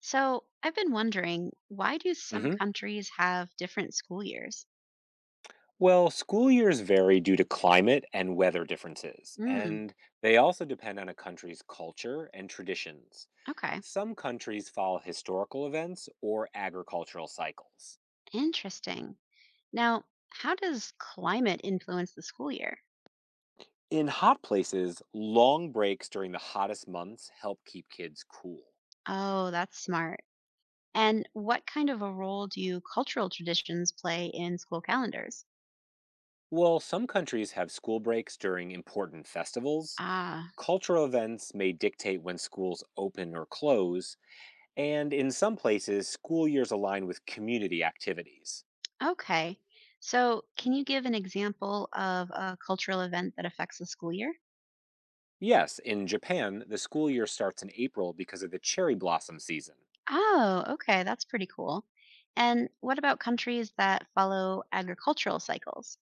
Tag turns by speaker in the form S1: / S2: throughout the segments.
S1: So, I've been wondering, why do some
S2: hmm
S1: countries have different school years?
S2: Well, school years vary due to climate and weather differences,
S1: Mm,
S2: and they also depend on a country's culture and traditions.
S1: okay,
S2: Some countries follow historical events or agricultural cycles.
S1: interesting. Now, how does climate influence the school year?
S2: In hot places, long breaks during the hottest months help keep kids cool.
S1: Oh, that's smart. And what kind of a role do cultural traditions play in school calendars?
S2: Well, some countries have school breaks during important festivals,
S1: Ah,
S2: cultural events may dictate when schools open or close, and in some places, school years align with community activities.
S1: okay. So, can you give an example of a cultural event that affects the school year?
S2: Yes, in Japan, the school year starts in April because of the cherry blossom season.
S1: Oh, okay, that's pretty cool. And what about countries that follow agricultural cycles?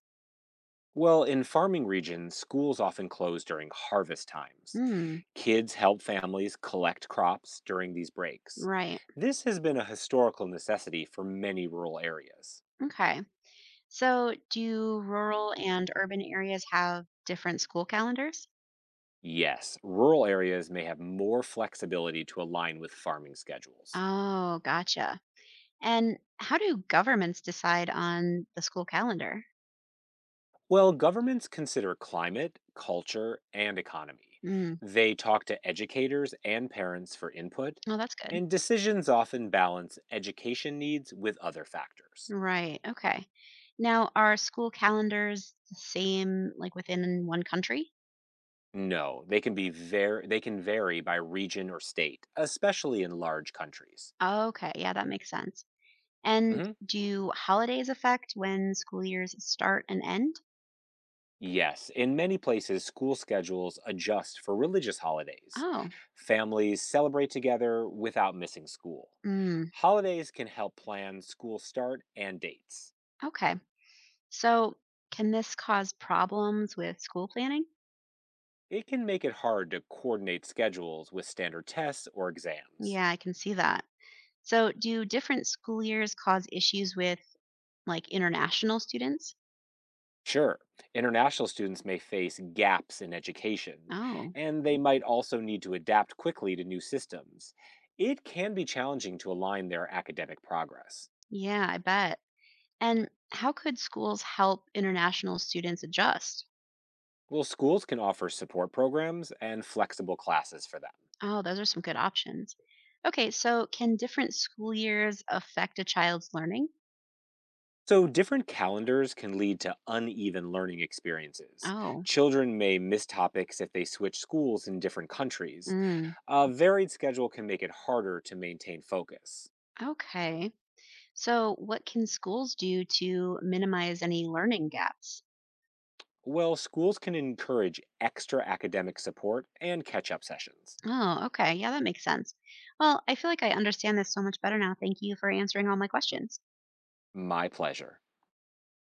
S2: Well, in farming regions, schools often close during harvest times.
S1: Hmm.
S2: Kids help families collect crops during these breaks.
S1: Right.
S2: This has been a historical necessity for many rural areas.
S1: Okay. So, do rural and urban areas have different school calendars?
S2: Yes, rural areas may have more flexibility to align with farming schedules.
S1: Oh, gotcha. And how do governments decide on the school calendar?
S2: Well, governments consider climate, culture, and economy.
S1: Mm,
S2: They talk to educators and parents for input,
S1: oh, that's good.
S2: and decisions often balance education needs with other factors.
S1: Right. Okay. Now, are school calendars the same like within one country?
S2: No, they can vary by region or state, especially in large countries.
S1: Okay. Yeah, that makes sense. And
S2: Mhm.
S1: do holidays affect when school years start and end?
S2: Yes, in many places school schedules adjust for religious holidays.
S1: Oh,
S2: Families celebrate together without missing school.
S1: mm,
S2: Holidays can help plan school start and dates.
S1: okay. So, can this cause problems with school planning?
S2: It can make it hard to coordinate schedules with standard tests or exams.
S1: Yeah, I can see that. So, do different school years cause issues with like international students?
S2: Sure, international students may face gaps in education,
S1: Oh,
S2: and they might also need to adapt quickly to new systems. It can be challenging to align their academic progress.
S1: yeah, I bet. And how could schools help international students adjust?
S2: Well, schools can offer support programs and flexible classes for them.
S1: Oh, those are some good options. Okay, so can different school years affect a child's learning?
S2: So, different calendars can lead to uneven learning experiences.
S1: Oh,
S2: Children may miss topics if they switch schools in different countries.
S1: mm,
S2: A varied schedule can make it harder to maintain focus.
S1: okay. So, what can schools do to minimize any learning gaps?
S2: Well, schools can encourage extra academic support and catch up sessions.
S1: Oh, okay. Yeah, that makes sense. Well, I feel like I understand this so much better now. Thank you for answering all my
S2: M-
S1: questions.
S2: My pleasure.